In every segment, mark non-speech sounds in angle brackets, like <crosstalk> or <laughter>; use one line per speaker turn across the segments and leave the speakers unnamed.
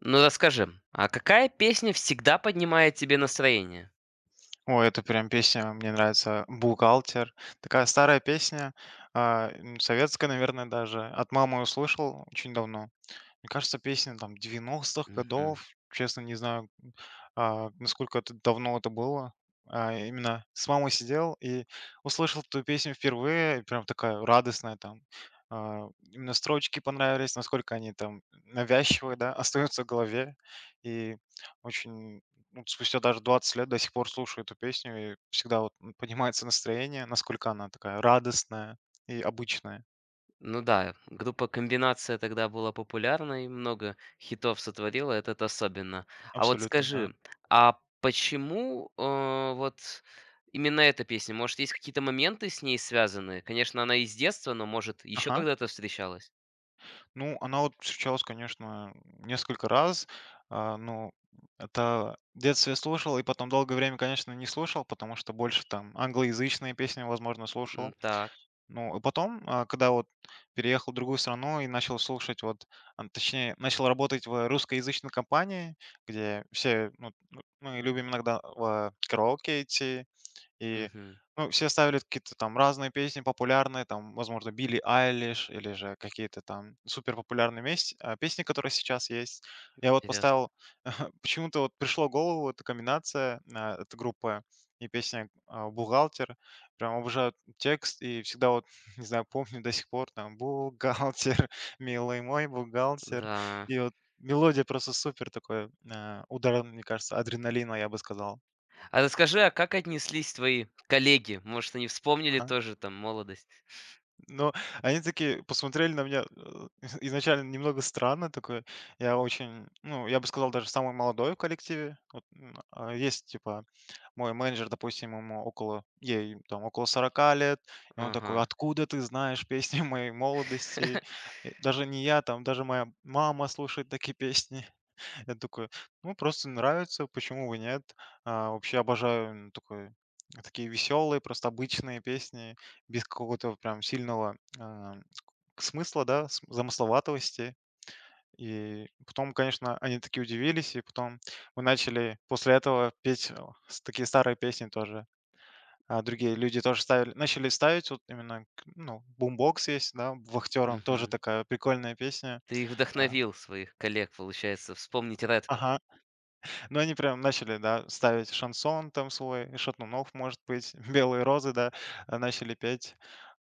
Ну расскажи, а какая песня всегда поднимает тебе настроение?
О, это прям песня, мне нравится "Бухгалтер". Такая старая песня, советская, наверное, даже. От мамы услышал очень давно. Мне кажется, песня там девяностых
Мгм.
годов. Честно, не знаю, насколько это давно это было. Именно с мамой сидел и услышал эту песню впервые, и прям такая радостная там. Именно строчки понравились, насколько они там навязчивые, да, <laughs> остаются в голове. И очень, ну, спустя даже 20 лет до сих пор слушаю эту песню, и всегда вот поднимается настроение, насколько она такая радостная и обычная.
Ну да, группа "Комбинация" тогда была популярна и много хитов сотворила, этот особенно. А вот
Абсолютно, да.
скажи, а почему, именно эта песня? Может, есть какие-то моменты с ней связанные? Конечно, она из детства, но, может, еще
Ага.
когда-то встречалась?
Ну, она вот встречалась, конечно, несколько раз. Ну, это в детстве слушал, и потом долгое время, конечно, не слушал, потому что больше там англоязычные песни, возможно,
М,
слушал.
так.
Ну, и потом, когда вот переехал в другую страну и начал слушать, вот, точнее, начал работать в русскоязычной компании, где все, ну, мы любим иногда в караоке идти, и,
Мгм.
ну, все ставили какие-то там разные песни популярные, там, возможно, Билли Айлиш или же какие-то там супер популярные песни, которые сейчас есть. Я вот
Интересно.
поставил, <laughs> почему-то вот пришло в голову эта комбинация, эта группа и песня «Бухгалтер». Прям обожаю текст и всегда вот, <laughs> не знаю, помню до сих пор там «Бухгалтер, <laughs> милый мой бухгалтер».
Да.
И вот мелодия просто супер такой, удар, мне кажется, адреналина, я бы сказал.
А расскажи, а как отнеслись твои коллеги? Может, они вспомнили
Ага.
тоже там молодость?
Но они такие посмотрели на меня, <laughs> изначально немного странно такое. Я очень, ну, я бы сказал, даже самый молодой в коллективе. Вот, есть, типа, мой менеджер, допустим, ему около, ей там около 40 лет, и он такой,
Ага.
откуда ты знаешь песни <laughs> моей молодости?
<laughs>
И даже не я, там, даже моя мама слушает такие песни. Я такой: "Ну, просто нравится, почему бы нет?" Вообще обожаю, такой такие веселые, просто обычные песни, без какого-то прям сильного, а, к смысла, да, с замысловатости. И потом, конечно, они такие удивились, и потом мы начали после этого петь, с такие старые песни тоже. А другие люди тоже ставили начали ставить вот именно к ну, бумбокс есть, да, Вахтером тоже
Мгм.
такая прикольная песня.
Ты их
А.
вдохновил, своих коллег, получается, вспомнить ретро.
Ага. Ну, они прям начали, да, ставить шансон там свой, Шатунов, может быть, <laughs> Белые розы, да, начали петь.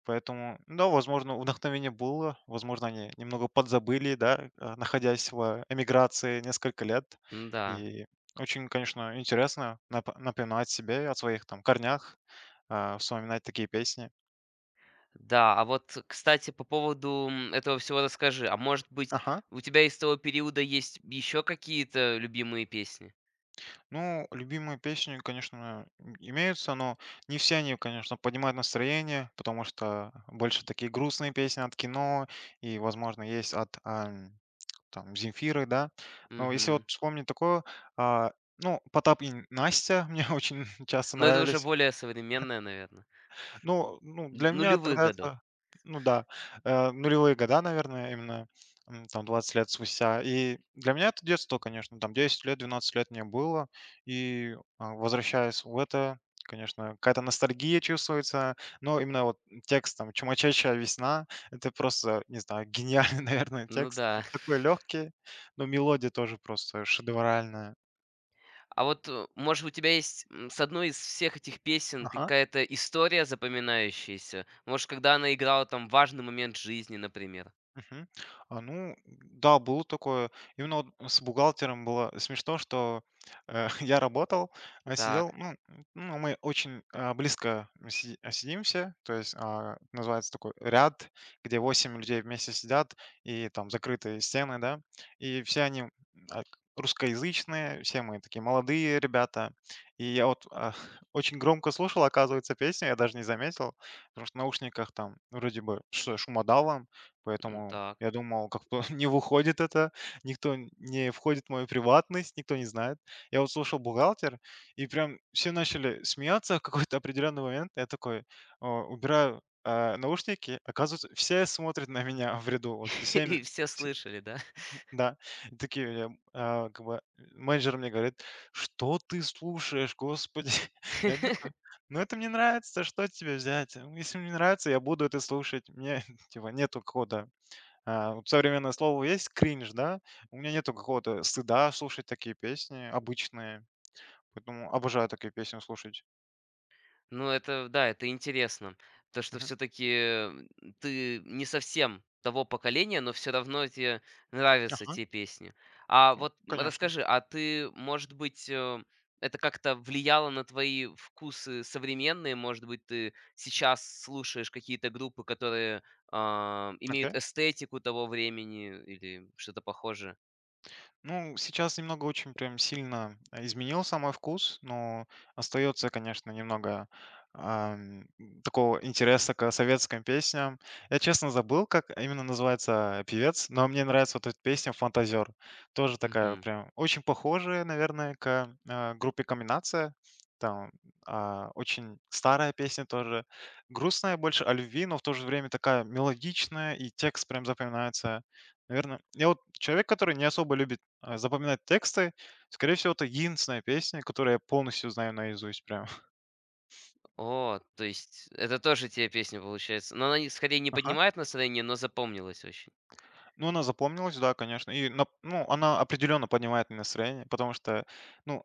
Поэтому, да, возможно, вдохновение было, возможно, они немного подзабыли, да, находясь в эмиграции несколько лет.
Да.
И очень, конечно, интересно напоминать себе о своих там корнях, вспоминать такие песни.
Да, а вот, кстати, по поводу, м, этого всего расскажи. А может быть,
Ага.
у тебя из того периода есть еще какие-то любимые песни?
Ну, любимые песни, конечно, имеются, но не все они, конечно, поднимают настроение, потому что больше такие грустные песни от кино и, возможно, есть от там Земфиры, да. Но если вот
Угу.
вспомнить такое, а, ну, Потап и Настя <laughs> мне очень часто
Но это уже
нравились.
более современная, наверное.
Ну,
Н
для меня
нулевых
тогда
годов.
это ну да, нулевые года, наверное, именно, там 20 лет спустя. И для меня это детство, конечно, там 10 лет, 12 лет мне было. И, возвращаясь в это, конечно, какая-то ностальгия чувствуется, но именно вот текст там "Чумачащая весна" — это просто, не знаю, гениальный, <laughs> наверное,
Ну
текст.
да.
Такой легкий, но мелодия тоже просто шедевральная.
А вот, может, у тебя есть, м, с одной из всех этих песен
Ага.
какая-то история запоминающаяся? Может, когда она играла там важный момент жизни, например?
Мгм. Ну да, было такое. Именно вот с бухгалтером было смешно, что <laughs> я работал, а
Так,
сидел, ну, ну, мы очень близко сидимся, то есть называется такой ряд, где 8 людей вместе сидят, и там закрытые стены, да, и все они а, к- русскоязычные, все мы такие молодые ребята. И я вот <laughs> очень громко слушал, оказывается, песню, я даже не заметил, потому что в наушниках там вроде бы что шумодава.
м,
Поэтому
так.
я думал, как бы <laughs> не выходит это, никто не входит в мою приватность, никто не знает. Я вот слушал «Бухгалтер», и прям все начали смеяться <laughs> в какой-то определенный момент. Я такой, убираю, наушники, оказывается, все смотрят на меня <laughs> в ряду.
<laughs> И все
Все-
слышали, да?
да, и такие, я, как бы, менеджер мне говорит, что ты слушаешь, господи. <laughs> Я
<laughs>
такой, ну это мне нравится, что тебе взять? Ну, если мне нравится, я буду это слушать. Мне, <laughs> типа, нету кода. Вот современное слово есть кринж, да? У меня нету какого-то стыда слушать такие песни обычные, поэтому обожаю такие песни слушать.
Ну, это, да, это интересно. То, что
Мгм.
все-таки ты не совсем того поколения, но все равно тебе нравятся
Ага.
те песни. А
Ну,
вот
конечно.
расскажи, а ты, может быть, это как-то влияло на твои вкусы современные? Может быть, ты сейчас слушаешь какие-то группы, которые а,
Окей.
имеют эстетику того времени или что-то похожее?
Ну, сейчас немного очень прям сильно изменился мой вкус, но остается, конечно, немного ам, такого интереса к советским песням. Я, честно, забыл, как именно называется певец, но мне нравится вот эта песня «Фантазер». Тоже такая прям очень похожая, наверное, к группе «Комбинация». Там очень старая песня тоже. Грустная больше о любви, но в то же время такая мелодичная, и текст прям запоминается. Наверное, я вот человек, который не особо любит запоминать тексты, скорее всего, это единственная песня, которую я полностью знаю наизусть прям.
О, то есть это тоже те песня получается. Но она не скорее не
<laughs>
поднимает настроение, но запомнилась очень.
Ну, она запомнилась, да, конечно. И, ну, она определенно поднимает мне настроение, потому что, ну,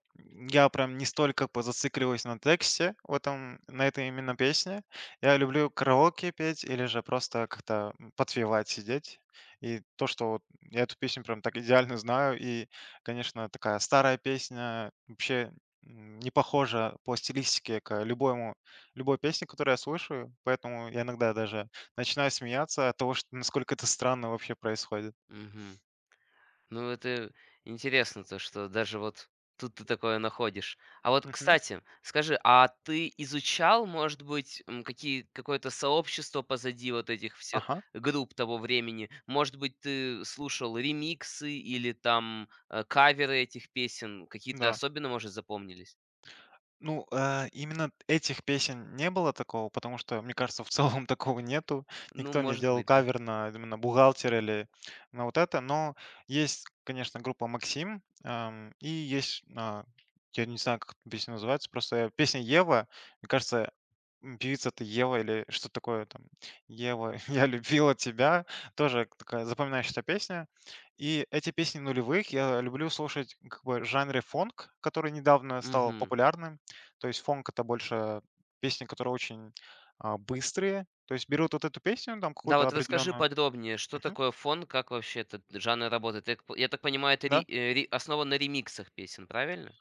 я прям не столько зацикливаюсь на тексте в этом, на этой именно песне. Я люблю караоке петь или же просто как-то подпевать, сидеть. И то, что вот я эту песню прям так идеально знаю. И, конечно, такая старая песня вообще не похожа по стилистике к любому, любой песне, которую я слышу. Поэтому я иногда даже начинаю смеяться от того, что насколько это странно вообще происходит.
Мгм. Ну, это интересно, то, что даже вот тут ты такое находишь. А вот,
Мгм.
кстати, скажи, а ты изучал, может быть, м, какие какое-то сообщество позади вот этих всех
Ага,
групп того времени? Может быть, ты слушал ремиксы или там каверы этих песен? Какие-то
да.
особенно, может, запомнились?
Ну, именно этих песен не было такого, потому что, мне кажется, в целом <laughs> такого нету.
Ну,
Никто не
может
делал
быть, да.
кавер на именно «Бухгалтер» или на вот это. Но есть, конечно, группа «Максим», и есть, я не знаю, как эта песня называется, просто песня «Ева». Мне кажется, певица-то Ева или что такое там «Ева, <laughs> я любила тебя». Тоже такая запоминающаяся песня. И эти песни нулевых я люблю слушать как бы в жанре фонк, который недавно стал
Мгм.
популярным. То есть фонк — это больше песни, которые очень, быстрые. То есть берут вот эту песню, там
Да,
какую-то
вот расскажи
определенную.
подробнее, что
Мгм.
такое фон, как вообще этот жанр работает? Я так понимаю, это ри
Да.
э, ри основан на ремиксах песен, правильно?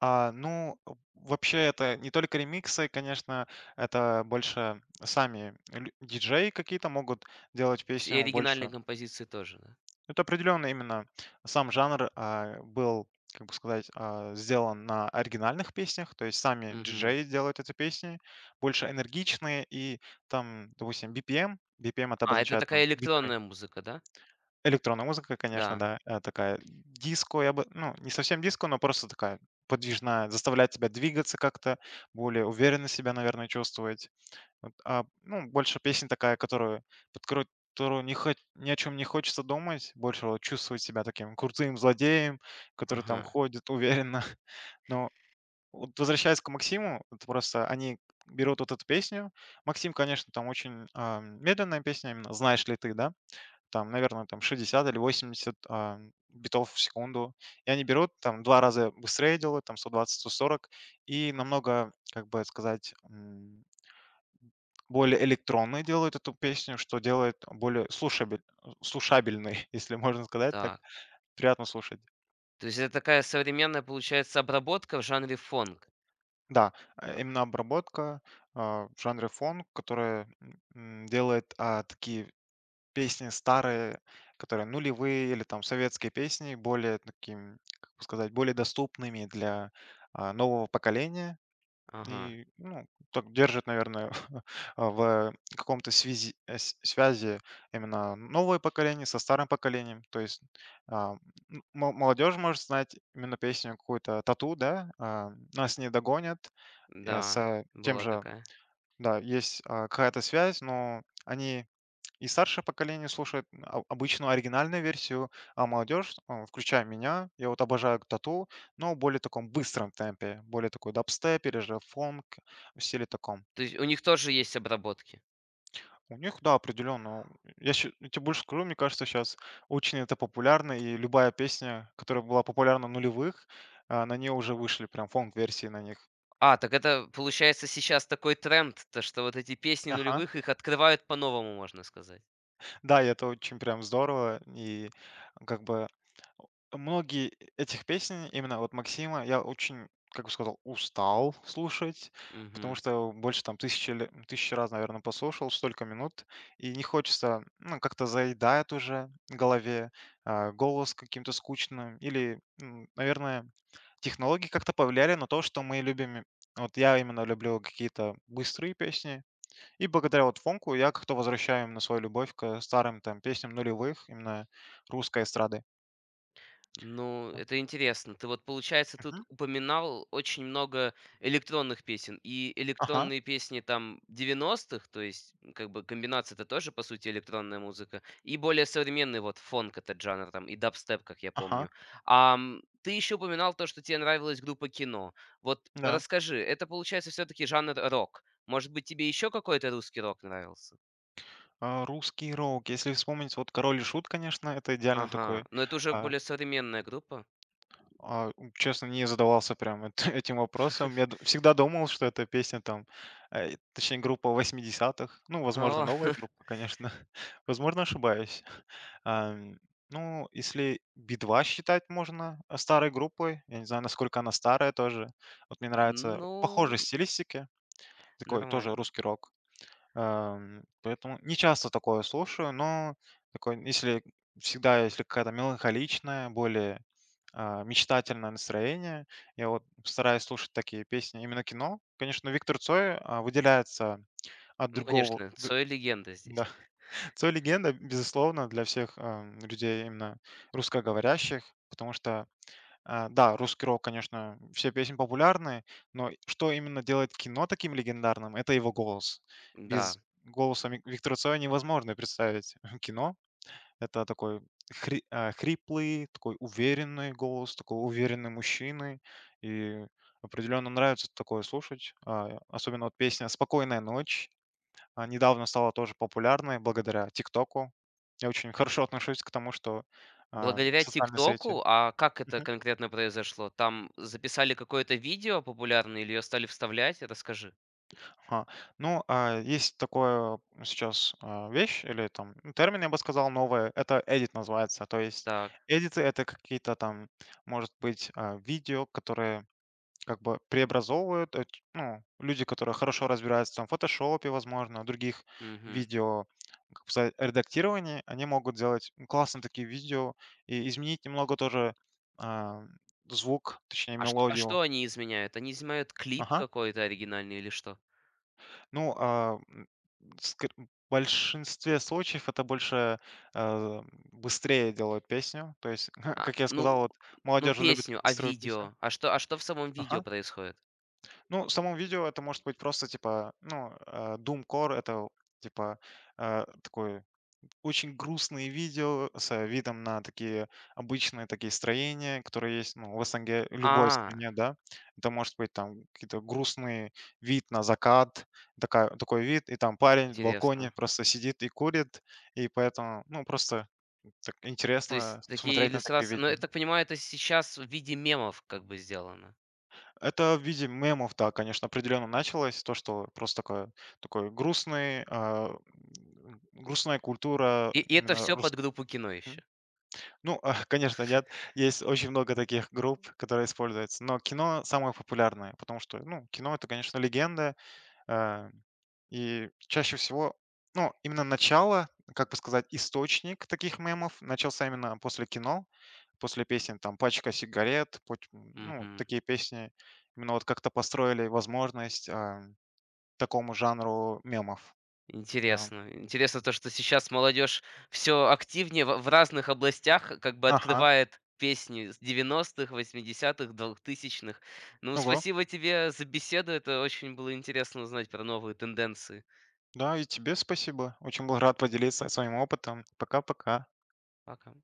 Ну, в вообще, это не только ремиксы, конечно, это больше сами лю диджеи какие-то могут делать
То есть и
песню
оригинальные
больше.
композиции тоже, да?
Это определенно именно сам жанр, был, как бы сказать, сделан на оригинальных песнях. То есть сами
Мгм.
диджеи делают эти песни больше энергичные и там, допустим, BPM. BPM — это
А, это
обозначает там
такая
биты.
электронная музыка, да?
Электронная музыка, конечно,
Да.
да, такая диско, я бы, ну, не совсем диско, но просто такая подвижная, заставляет тебя двигаться как-то, более уверенно себя, наверное, чувствовать. Вот, ну, больше песня такая, которую, под кору- которую не хо- ни о чем не хочется думать, больше вот чувствовать себя таким крутым злодеем, который там
Ага.
ходит уверенно. <laughs> Но вот возвращаясь к Максиму, это просто они берут вот эту песню. Максим, конечно, там очень медленная песня, именно «Знаешь ли ты», да? Там, наверное, там 60 или 80 битов в секунду. И они берут, там, 2 раза быстрее делают, там, 120-140 и намного, как бы сказать, более электронной делают эту песню, что делает более слушабельной, <laughs> если можно сказать так.
Так.
Приятно слушать.
То есть это такая современная, получается, обработка в жанре фонг.
Да, именно обработка, в жанре фонк, которая, делает, такие песни старые, которые нулевые или там советские песни, более таким, как бы сказать, более доступными для, нового поколения.
Ага.
И, ну, так держит, наверное, <laughs> в каком-то связи э, с связи именно новое поколение со старым поколением. То есть, а, м мо молодежь может знать именно песню какую-то "Тату", да, "Нас не догонят",
Да,
с тем
была
же,
такая.
да, есть, какая-то связь, но они и старшее поколение слушает обычно оригинальную версию, а молодежь, включая меня, я вот обожаю тату, но в более таком быстром темпе, более такой дабстеп или же фонк в стиле таком.
То есть у них тоже есть обработки?
У них, да, определенно. Я, я тебе больше скажу, мне кажется, сейчас очень это популярно, и любая песня, которая была популярна в нулевых, на нее уже вышли прям фонк-версии на них.
А, так это, получается, сейчас такой тренд, то что вот эти песни
Ага.
нулевых, их открывают по-новому, можно сказать.
Да, и это очень прям здорово, и как бы многие этих песен, именно вот Максима, я очень, как бы сказал, устал слушать, потому
Мгм.
что больше там тысячи, тысячи раз, наверное, послушал, столько минут, и не хочется, ну, как-то заедает уже в голове, голос каким-то скучным, или, наверное, технологии как-то повлияли на то, что мы любим. Вот я именно люблю какие-то быстрые песни, и благодаря вот фонку я как-то возвращаю именно свою любовь к старым там песням нулевых, именно русской эстрады.
Ну,
Да.
это интересно. Ты вот, получается, тут
Мгм.
упоминал очень много электронных песен. И
Ага.
электронные песни там девяностых, то есть м, как бы комбинация это тоже, по сути, электронная музыка. И более современный вот фонк этот жанр там, и дабстеп, как я
Ага,
помню. А ты еще упоминал то, что тебе нравилась группа кино. Вот
да.
расскажи, это, получается, все-таки жанр рок. Может быть, тебе еще какой-то русский рок нравился?
Русский рок. Если вспомнить, вот "Король и Шут", конечно, это идеально
Ага,
такой.
но это уже
А,
более современная группа.
честно, не задавался прям эт <laughs> этим вопросом. Я д всегда думал, что это песня там, точнее, группа восьмидесятых. Ну, возможно,
О, <laughs>
новая группа, конечно. <laughs> Возможно, ошибаюсь. Ам, ну, если "Би-2" считать можно, старой группой, я не знаю, насколько она старая тоже. Вот мне нравится,
ну,
похожей стилистики, такой тоже
нормально.
русский рок. Поэтому не часто такое слушаю, но такое, если всегда, если какая-то меланхоличная, более мечтательное настроение, я вот стараюсь слушать такие песни, именно кино. Конечно, Виктор Цой выделяется от
Ну,
другого,
конечно, Цой легенда
да,
здесь.
<laughs> Цой легенда, безусловно, для всех людей именно русскоговорящих, потому что да, русский рок, конечно, все песни популярны, но что именно делает кино таким легендарным — это его голос.
Да.
Без голоса Ми Виктора Цоя невозможно представить <laughs> кино. Это такой хриплый, такой уверенный голос, такой уверенный мужчины. И определенно нравится такое слушать. Особенно вот песня "Спокойная ночь", недавно стала тоже популярной благодаря "Тиктоку". Я очень <laughs> хорошо отношусь к тому, что,
Благодаря
социальные сети.
"Тиктоку", а как это конкретно произошло? Там записали какое-то видео популярное или ее стали вставлять? Расскажи.
Ага. Ну, есть такое сейчас вещь или там ну, термин, я бы сказал, новое. Это edit называется. То есть
Так,
эдиты — это какие-то там, может быть, видео, которые как бы преобразовывают, ну, люди, которые хорошо разбираются там в фотошопе, возможно, других
мгм.
видео, как бы сказать, редактировании, они могут делать классные такие видео и изменить немного тоже а, звук, точнее,
А что а
мелодию.
что они изменяют? Они изменяют клип
Ага.
какой-то оригинальный или что?
Ну, ск в большинстве случаев это больше, а, быстрее делают песню. То есть, <laughs>
А,
как я
ну
сказал, вот
ну,
молодежь любит
песню, а
быструю песню.
видео? А что в самом видео
Ага.
происходит?
Ну, в самом видео это может быть просто типа, ну, doom-core — это типа, такой очень грустные видео с видом на такие обычные такие строения, которые есть, ну, в СНГ, любой
А,
стране, да. Это может быть там какие-то грустный вид на закат, такая, такой вид, и там парень в балконе
интересно.
просто сидит и курит, и поэтому, ну, просто так
То
интересно
есть такие
смотреть на такие
иллюстрации, но
видео.
я так понимаю, это сейчас в виде мемов как бы сделано.
Это в виде мемов, да, конечно, определенно началось, то, что просто такое, такой грустный, грустная культура
И это
именно
все под
русская.
группу кино еще.
Ну, <laughs> конечно, нет. Есть очень много таких групп, которые используются. Но кино самое популярное, потому что, ну, кино это, конечно, легенда. э, И чаще всего, ну, именно начало, как бы сказать, источник таких мемов начался именно после кино, после песен, там, «Пачка сигарет», ну,
Мгм.
такие песни. Именно вот как-то построили возможность такому жанру мемов. Да.
Интересно. Интересно то, что сейчас молодежь все активнее в разных областях как бы
Ага.
открывает песни с 90-х, 80. Ну,
Ого.
спасибо тебе за беседу. Это очень было интересно узнать про новые тенденции.
Да, и тебе спасибо. Очень был рад поделиться своим опытом. Пока-пока.
Пока.